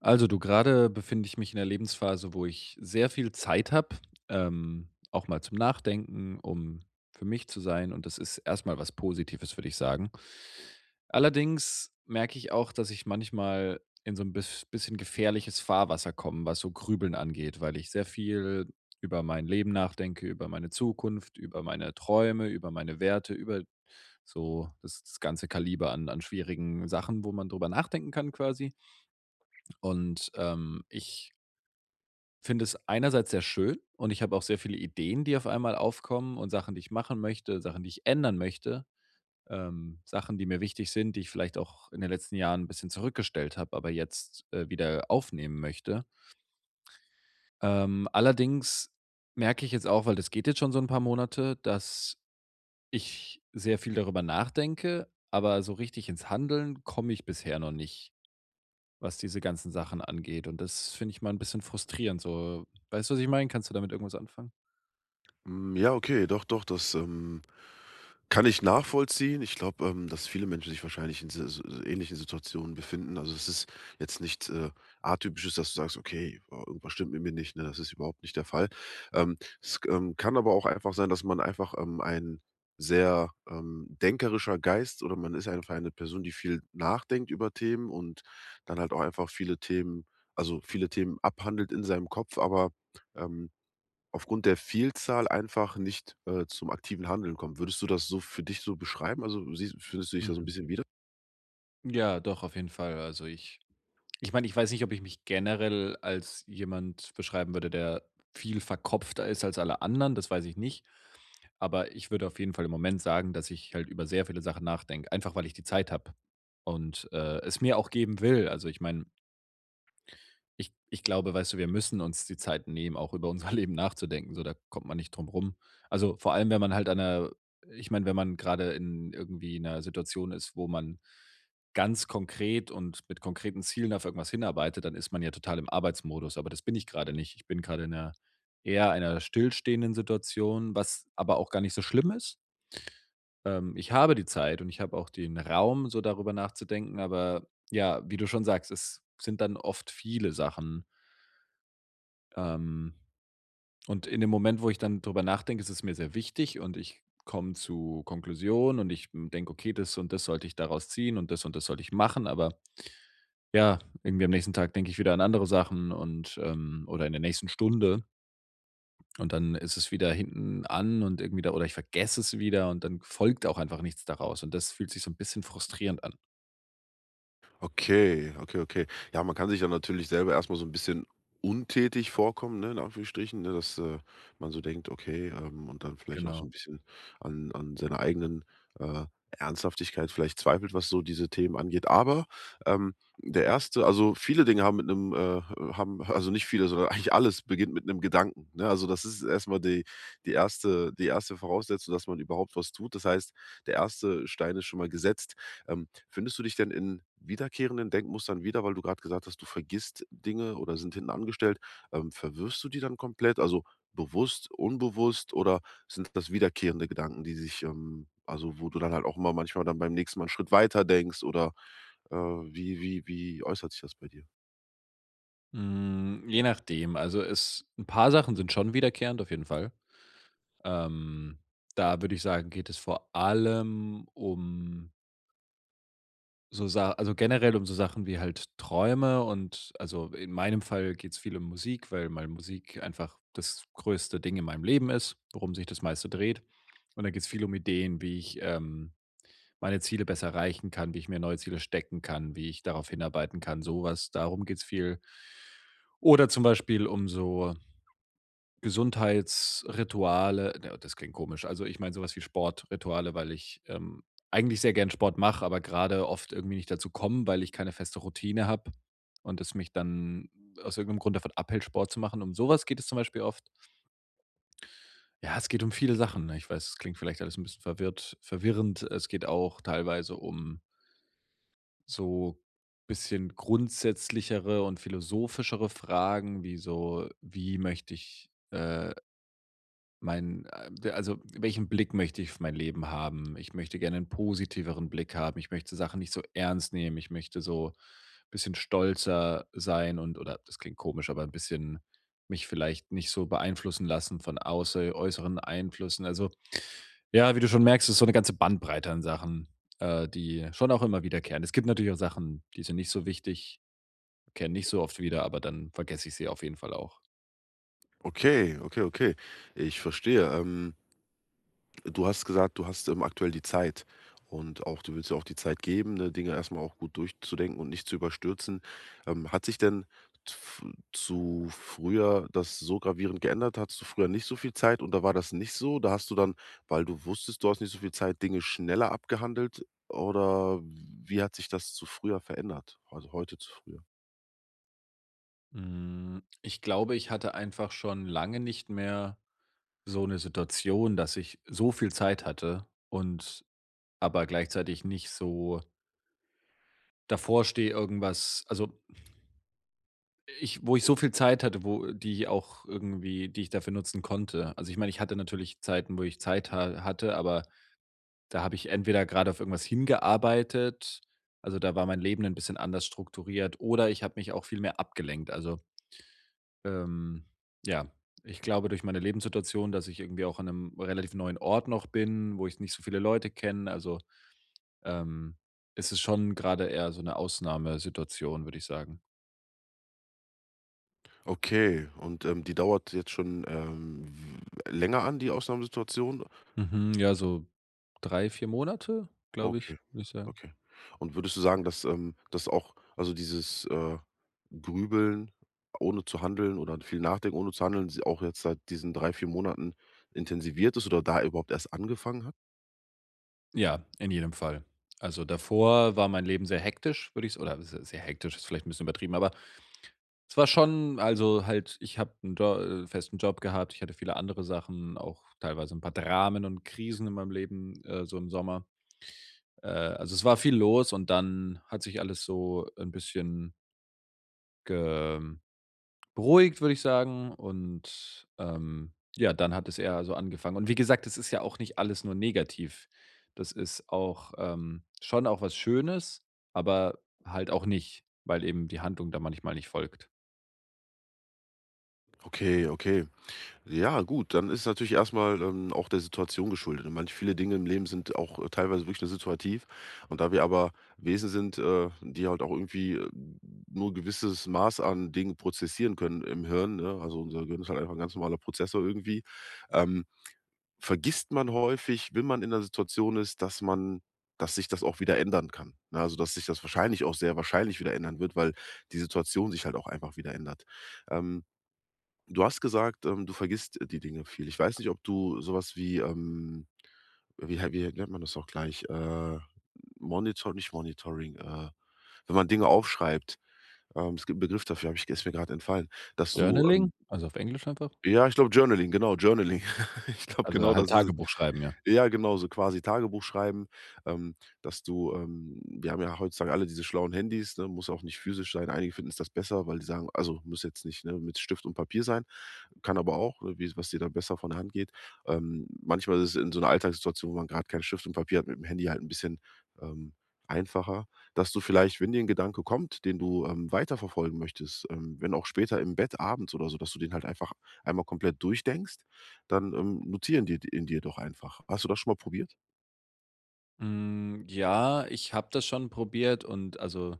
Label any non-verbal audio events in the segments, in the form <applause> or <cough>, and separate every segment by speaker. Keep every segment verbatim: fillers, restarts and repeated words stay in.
Speaker 1: Also du, gerade befinde ich mich in der Lebensphase, wo ich sehr viel Zeit habe, ähm, auch mal zum Nachdenken, um für mich zu sein, und das ist erstmal was Positives, würde ich sagen. Allerdings merke ich auch, dass ich manchmal in so ein biss bisschen gefährliches Fahrwasser komme, was so Grübeln angeht, weil ich sehr viel über mein Leben nachdenke, über meine Zukunft, über meine Träume, über meine Werte, über so das das ganze Kaliber an an schwierigen Sachen, wo man drüber nachdenken kann quasi. Und, ähm, ich finde es einerseits sehr schön, und ich habe auch sehr viele Ideen, die auf einmal aufkommen, und Sachen, die ich machen möchte, Sachen, die ich ändern möchte, ähm, Sachen, die mir wichtig sind, die ich vielleicht auch in den letzten Jahren ein bisschen zurückgestellt habe, aber jetzt, äh, wieder aufnehmen möchte. Ähm, allerdings merke ich jetzt auch, weil das geht jetzt schon so ein paar Monate, dass ich sehr viel darüber nachdenke, aber so richtig ins Handeln komme ich bisher noch nicht, was diese ganzen Sachen angeht. Und das finde ich mal ein bisschen frustrierend so. Weißt du, was ich meine? Kannst du damit irgendwas anfangen?
Speaker 2: Hm, ja, okay, doch, doch, das, ähm, kann ich nachvollziehen. Ich glaube, ähm, dass viele Menschen sich wahrscheinlich in si- so so ähnlichen Situationen befinden. Also es ist jetzt nichts äh, Atypisches, dass du sagst, okay, oh, irgendwas stimmt mit mir nicht. Ne? Das ist überhaupt nicht der Fall. Ähm, es ähm, kann aber auch einfach sein, dass man einfach ähm, ein sehr ähm, denkerischer Geist oder man ist einfach eine Person, die viel nachdenkt über Themen und dann halt auch einfach viele Themen, also viele Themen abhandelt in seinem Kopf, aber ähm, aufgrund der Vielzahl einfach nicht, äh, zum aktiven Handeln kommen. Würdest du das so für dich so beschreiben? Also, siehst findest du dich da so ein
Speaker 1: Mhm.
Speaker 2: bisschen wieder?
Speaker 1: Ja, doch, auf jeden Fall. Also, ich ich meine, ich weiß nicht, ob ich mich generell als jemand beschreiben würde, der viel verkopfter ist als alle anderen, das weiß ich nicht. Aber ich würde auf jeden Fall im Moment sagen, dass ich halt über sehr viele Sachen nachdenke, einfach weil ich die Zeit habe und, äh, es mir auch geben will. Also, ich meine, Ich ich glaube, weißt du, wir müssen uns die Zeit nehmen, auch über unser <laughs> Leben nachzudenken, so, da kommt man nicht drum rum. Also, vor allem, wenn man halt an 'ner ich meine, wenn man gerade in irgendwie einer Situation ist, wo man ganz konkret und mit konkreten Zielen auf irgendwas hinarbeitet, dann ist man ja total im Arbeitsmodus, aber das bin ich gerade nicht. Ich bin gerade in einer eher einer stillstehenden Situation, was aber auch gar nicht so schlimm ist. Ähm, ich habe die Zeit und ich habe auch den Raum, so darüber nachzudenken, aber ja, wie du schon sagst, es sind dann oft viele Sachen, ähm, und in dem Moment, wo ich dann drüber nachdenke, ist es mir sehr wichtig, und ich komme zu Konklusionen und ich denke, okay, das und das sollte ich daraus ziehen und das und das sollte ich machen. Aber ja, irgendwie am nächsten Tag denke ich wieder an andere Sachen und ähm, oder in der nächsten Stunde. Und dann ist es wieder hinten an und irgendwie da, oder ich vergesse es wieder, und dann folgt auch einfach nichts daraus. Und das fühlt sich so ein bisschen frustrierend an.
Speaker 2: Okay, okay, okay. Ja, man kann sich ja natürlich selber erstmal so ein bisschen untätig vorkommen, ne, in Anführungsstrichen, ne, dass, äh, man so denkt, okay, ähm und dann vielleicht auch so
Speaker 1: Genau.
Speaker 2: ein bisschen an an seiner eigenen, äh, Ernsthaftigkeit vielleicht zweifelt, was so diese Themen angeht. Aber, ähm, der erste also, viele Dinge haben mit einem, äh haben also, nicht viele, sondern eigentlich alles beginnt mit einem Gedanken, ne? Also, das ist erstmal die die erste die erste Voraussetzung, dass man überhaupt was tut. Das heißt, der erste Stein ist schon mal gesetzt. Ähm, findest du dich denn in wiederkehrenden Denkmustern wieder, weil du gerade gesagt hast, du vergisst Dinge oder sind hinten angestellt? Ähm, verwirfst du die dann komplett, also bewusst, unbewusst oder sind das wiederkehrende Gedanken, die sich, ähm also, wo du dann halt auch immer manchmal dann beim nächsten Mal 'n Schritt weiter denkst oder, äh, wie wie wie äußert sich das bei dir?
Speaker 1: Mm, je nachdem. Also es, ein paar Sachen sind schon wiederkehrend, auf jeden Fall. Ähm, da würde ich sagen, geht es vor allem um so Sa also generell um so Sachen wie halt Träume, und also in meinem Fall geht es viel um Musik, weil meine Musik einfach das größte Ding in meinem Leben ist, worum sich das meiste dreht. Und da geht es viel um Ideen, wie ich, ähm, meine Ziele besser erreichen kann, wie ich mir neue Ziele stecken kann, wie ich darauf hinarbeiten kann, so was. Darum geht es viel. Oder zum Beispiel um so Gesundheitsrituale, ne, das klingt komisch. Also, ich meine sowas wie Sportrituale, weil ich, ähm, eigentlich sehr gern Sport mache, aber gerade oft irgendwie nicht dazu komme, weil ich keine feste Routine habe und es mich dann aus irgendeinem Grund davon abhält, Sport zu machen. Um sowas geht es zum Beispiel oft. Ja, es geht um viele Sachen, ne? Ich weiß, es klingt vielleicht alles ein bisschen verwirrt verwirrend. Es geht auch teilweise um so bisschen grundsätzlichere und philosophischere Fragen wie so: „Wie möchte ich, äh Mein, äh, also, welchen Blick möchte ich auf mein Leben haben? Ich möchte gerne einen positiveren Blick haben. Ich möchte Sachen nicht so ernst nehmen. Ich möchte so ein bisschen stolzer sein, und oder das klingt komisch, aber ein bisschen mich vielleicht nicht so beeinflussen lassen von außer äußeren Einflüssen. Also, ja, wie du schon merkst, ist so eine ganze Bandbreite an Sachen, äh, die schon auch immer wiederkehren. Es gibt natürlich auch Sachen, die sind nicht so wichtig, kehren nicht so oft wieder, aber dann vergesse ich sie auf jeden Fall auch.
Speaker 2: Okay, okay, okay. Ich verstehe. Ähm, Du hast gesagt, du hast, ähm, aktuell die Zeit und auch du willst ja auch die Zeit geben, ne, Dinge erstmal auch gut durchzudenken und nicht zu überstürzen. Ähm, hat sich denn tf zu früher das so gravierend geändert? Hattest du früher nicht so viel Zeit und da war das nicht so? Da hast du dann, weil du wusstest, du hast nicht so viel Zeit, Dinge schneller abgehandelt oder wie hat sich das zu früher verändert? Also, heute zu früher?
Speaker 1: Hm, ich glaube, ich hatte einfach schon lange nicht mehr so eine Situation, dass ich so viel Zeit hatte und aber gleichzeitig nicht so davor stehe, irgendwas, also, ich wo ich so viel Zeit hatte, wo die auch irgendwie die ich dafür nutzen konnte. Also, ich meine, ich hatte natürlich Zeiten, wo ich Zeit ha hatte, aber da habe ich entweder gerade auf irgendwas hingearbeitet, also, da war mein Leben ein bisschen anders strukturiert, oder ich habe mich auch viel mehr abgelenkt. Also, Ähm, ja, ich glaube, durch meine Lebenssituation, dass ich irgendwie auch an einem relativ neuen Ort noch bin, wo ich nicht so viele Leute kenne, also, ähm, es ist schon gerade eher so eine Ausnahmesituation, würde ich sagen.
Speaker 2: Okay, und, ähm, die dauert jetzt schon, ähm, w länger an, die Ausnahmesituation?
Speaker 1: Mhm, ja, so drei vier Monate, glaube ich,
Speaker 2: Okay,
Speaker 1: würde ich sagen.
Speaker 2: okay. Und würdest du sagen, dass, ähm, dass auch also dieses, äh, Grübeln ohne zu handeln oder viel nachdenken ohne zu handeln, si auch jetzt seit diesen drei vier Monaten intensiviert ist oder da überhaupt erst angefangen hat?
Speaker 1: Ja, in jedem Fall. Also, davor war mein Leben sehr hektisch, würde ich s oder se sehr hektisch ist vielleicht ein bisschen übertrieben, aber es war schon, also halt, ich habe einen Jo äh, festen Job gehabt. Ich hatte viele andere Sachen, auch teilweise 'n paar Dramen und Krisen in meinem Leben, äh, so im Sommer. Äh, also, es war viel los, und dann hat sich alles so 'n bisschen ge ähm, beruhigt, würde ich sagen. Und, ähm, ja, dann hat es eher so angefangen. Und wie gesagt, das ist ja auch nicht alles nur negativ. Das ist auch, ähm, schon auch was Schönes, aber halt auch nicht, weil eben die Handlung da manchmal nicht folgt.
Speaker 2: Okay, okay. Ja, gut, dann ist natürlich erstmal ähm, auch der Situation geschuldet. Und manch viele Dinge im Leben sind auch, äh, teilweise wirklich nur situativ. Und da wir aber Wesen sind, äh, die halt auch irgendwie, äh, nur ein gewisses Maß an Dingen prozessieren können im Hirn, ne? Also, unser Gehirn ist halt einfach ein ganz normaler Prozessor irgendwie. Ähm, vergisst man häufig, wenn man in der Situation ist, dass man dass sich das auch wieder ändern kann, ne? Also, dass sich das wahrscheinlich auch sehr wahrscheinlich wieder ändern wird, weil die Situation sich halt auch einfach wieder ändert. Ähm Du hast gesagt, ähm, du vergisst äh, die Dinge viel. Ich weiß nicht, ob du sowas wie, ähm wie hei wie nennt man das auch gleich? Äh, Monitor nicht Monitoring, äh, wenn man Dinge aufschreibt. Ähm, es gibt 'n Begriff dafür, Hab ich ist mir gerade entfallen, dass du, ähm
Speaker 1: Journaling, also auf Englisch einfach.
Speaker 2: ja, ich glaube Journaling, genau, Journaling. <laughs> Ich glaube,
Speaker 1: Also,
Speaker 2: genau das
Speaker 1: halt
Speaker 2: ist es.
Speaker 1: Tagebuch schreiben, ja?
Speaker 2: Ja, genau, so quasi Tagebuch schreiben, ähm, dass du ähm, wir haben ja heutzutage alle diese schlauen Handys, ne, muss auch nicht physisch sein. Einige finden es das besser, weil die sagen also, muss jetzt nicht, ne, mit Stift und Papier sein, kann aber auch, ne, wie was dir da besser von der Hand geht. Ähm, manchmal ist es in so einer Alltagssituation, wo man gerade keinen Stift und Papier hat, mit dem Handy halt ein bisschen, ähm, einfacher, dass du vielleicht, wenn dir ein Gedanke kommt, den du, ähm, weiterverfolgen möchtest, ähm, wenn auch später im Bett abends oder so, dass du den halt einfach einmal komplett durchdenkst dann, ähm, notieren die in dir doch einfach. Hast du das schon mal probiert?
Speaker 1: Hm, ja, ich habe das schon probiert, und also,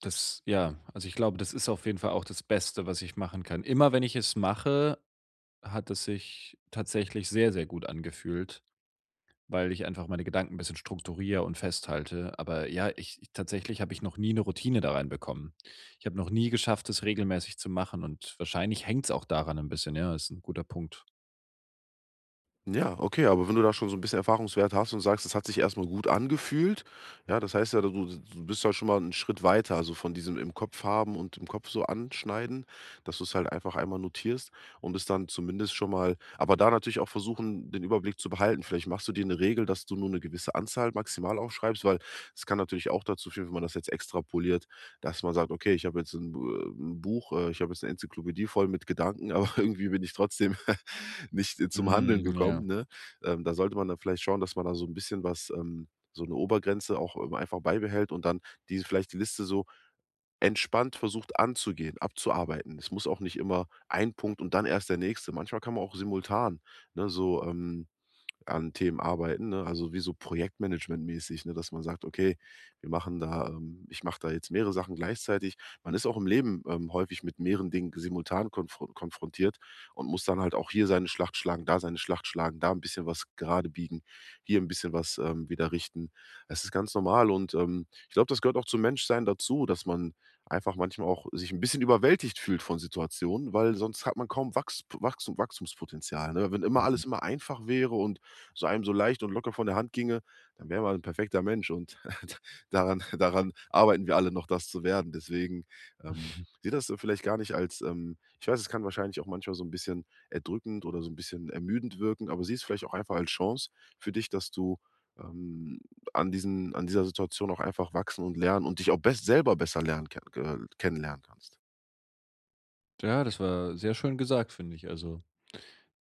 Speaker 1: das ja, also, ich glaube, das ist auf jeden Fall auch das Beste, was ich machen kann. Immer wenn ich es mache, hat es sich tatsächlich sehr, sehr gut angefühlt, weil ich einfach meine Gedanken ein bisschen strukturiere und festhalte. Aber ja, ich ich tatsächlich habe ich noch nie eine Routine da reinbekommen. Ich habe noch nie geschafft, es regelmäßig zu machen, und wahrscheinlich hängt's auch daran ein bisschen, ja, ist ein guter Punkt.
Speaker 2: Ja, okay, aber wenn du da schon so ein bisschen Erfahrungswert hast und sagst, es hat sich erst mal gut angefühlt, ja, das heißt ja, du du bist ja schon mal einen Schritt weiter, also, von diesem im Kopf haben und im Kopf so anschneiden, dass du es halt einfach einmal notierst und es dann zumindest schon mal aber da natürlich auch versuchen, den Überblick zu behalten. Vielleicht machst du dir eine Regel, dass du nur eine gewisse Anzahl maximal aufschreibst, weil es kann natürlich auch dazu führen, wenn man das jetzt extrapoliert dass man sagt: „Okay, ich habe jetzt ein äh 'n Buch, äh ich habe jetzt eine Enzyklopädie voll mit Gedanken, aber <laughs> irgendwie bin ich trotzdem <laughs> nicht äh, zum Handeln
Speaker 1: Hm, ja.
Speaker 2: gekommen“, ne? Ähm, da sollte man dann vielleicht schauen, dass man da so ein bisschen was ähm, so eine Obergrenze auch, ähm, einfach beibehält und dann diese vielleicht die Liste so entspannt versucht anzugehen, abzuarbeiten. Es muss auch nicht immer ein Punkt und dann erst der nächste. Manchmal kann man auch simultan, ne, so, ähm an Themen arbeiten, ne? Also, wie so projektmanagementmäßig, ne, dass man sagt: „Okay, wir machen da, ähm ich mache da jetzt mehrere Sachen gleichzeitig.“ Man ist auch im Leben, ähm, häufig mit mehreren Dingen simultan konfro konfrontiert und muss dann halt auch hier seine Schlacht schlagen, da seine Schlacht schlagen, da ein bisschen was gerade biegen, hier ein bisschen was, ähm, wieder richten. Es ist ganz normal und, ähm, ich glaube, das gehört auch zum Menschsein dazu, dass man einfach manchmal auch sich ein bisschen überwältigt fühlt von Situationen, weil sonst hat man kaum Wachs Wachstum Wachstumspotenzial, ne? Wenn immer
Speaker 1: Mhm.
Speaker 2: alles immer einfach wäre und so einem so leicht und locker von der Hand ginge, dann wäre man ein perfekter Mensch und <laughs> daran daran arbeiten wir alle noch, das zu werden. Deswegen, ähm,
Speaker 1: <laughs>
Speaker 2: sehe das äh, vielleicht gar nicht als, ähm ich weiß, es kann wahrscheinlich auch manchmal so ein bisschen erdrückend oder so ein bisschen ermüdend wirken, aber sieh es vielleicht auch einfach als Chance für dich, dass du, ähm, an diesen an dieser Situation auch einfach wachsen und lernen und dich auch bess selber besser lernen ke äh, kennenlernen kannst.
Speaker 1: Ja, das war sehr schön gesagt, finde ich. Also,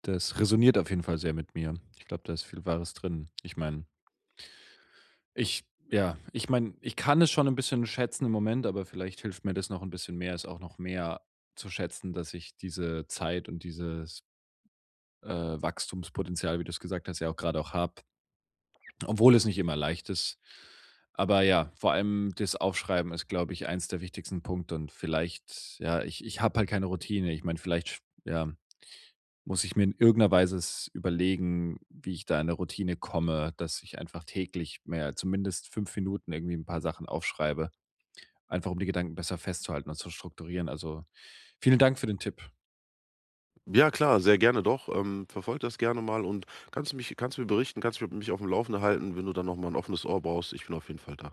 Speaker 1: das resoniert auf jeden Fall sehr mit mir. Ich glaube, da ist viel Wahres drin. Ich meine, ich ja, ich meine, ich kann es schon ein bisschen schätzen im Moment, aber vielleicht hilft mir das noch ein bisschen mehr, es auch noch mehr zu schätzen, dass ich diese Zeit und dieses, äh, Wachstumspotenzial, wie du es gesagt hast, ja auch gerade auch habe, obwohl es nicht immer leicht ist. Aber ja, vor allem das Aufschreiben ist, glaube ich, eins der wichtigsten Punkte, und vielleicht ja, ich ich habe halt keine Routine. Ich meine, vielleicht sch ja, muss ich mir in irgendeiner Weise es überlegen, wie ich da in eine Routine komme, dass ich einfach täglich mehr, zumindest fünf Minuten irgendwie ein paar Sachen aufschreibe, einfach um die Gedanken besser festzuhalten und zu strukturieren. Also, vielen Dank für den Tipp.
Speaker 2: Ja klar, sehr gerne doch. Ähm, verfolge das gerne mal und kannst du mich kannst du mir berichten, kannst du mich auf dem Laufenden halten, wenn du dann noch mal 'n offenes Ohr brauchst. Ich bin auf jeden Fall da.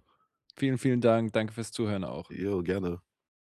Speaker 1: Vielen, vielen Dank. Danke fürs Zuhören auch.
Speaker 2: Jo, gerne.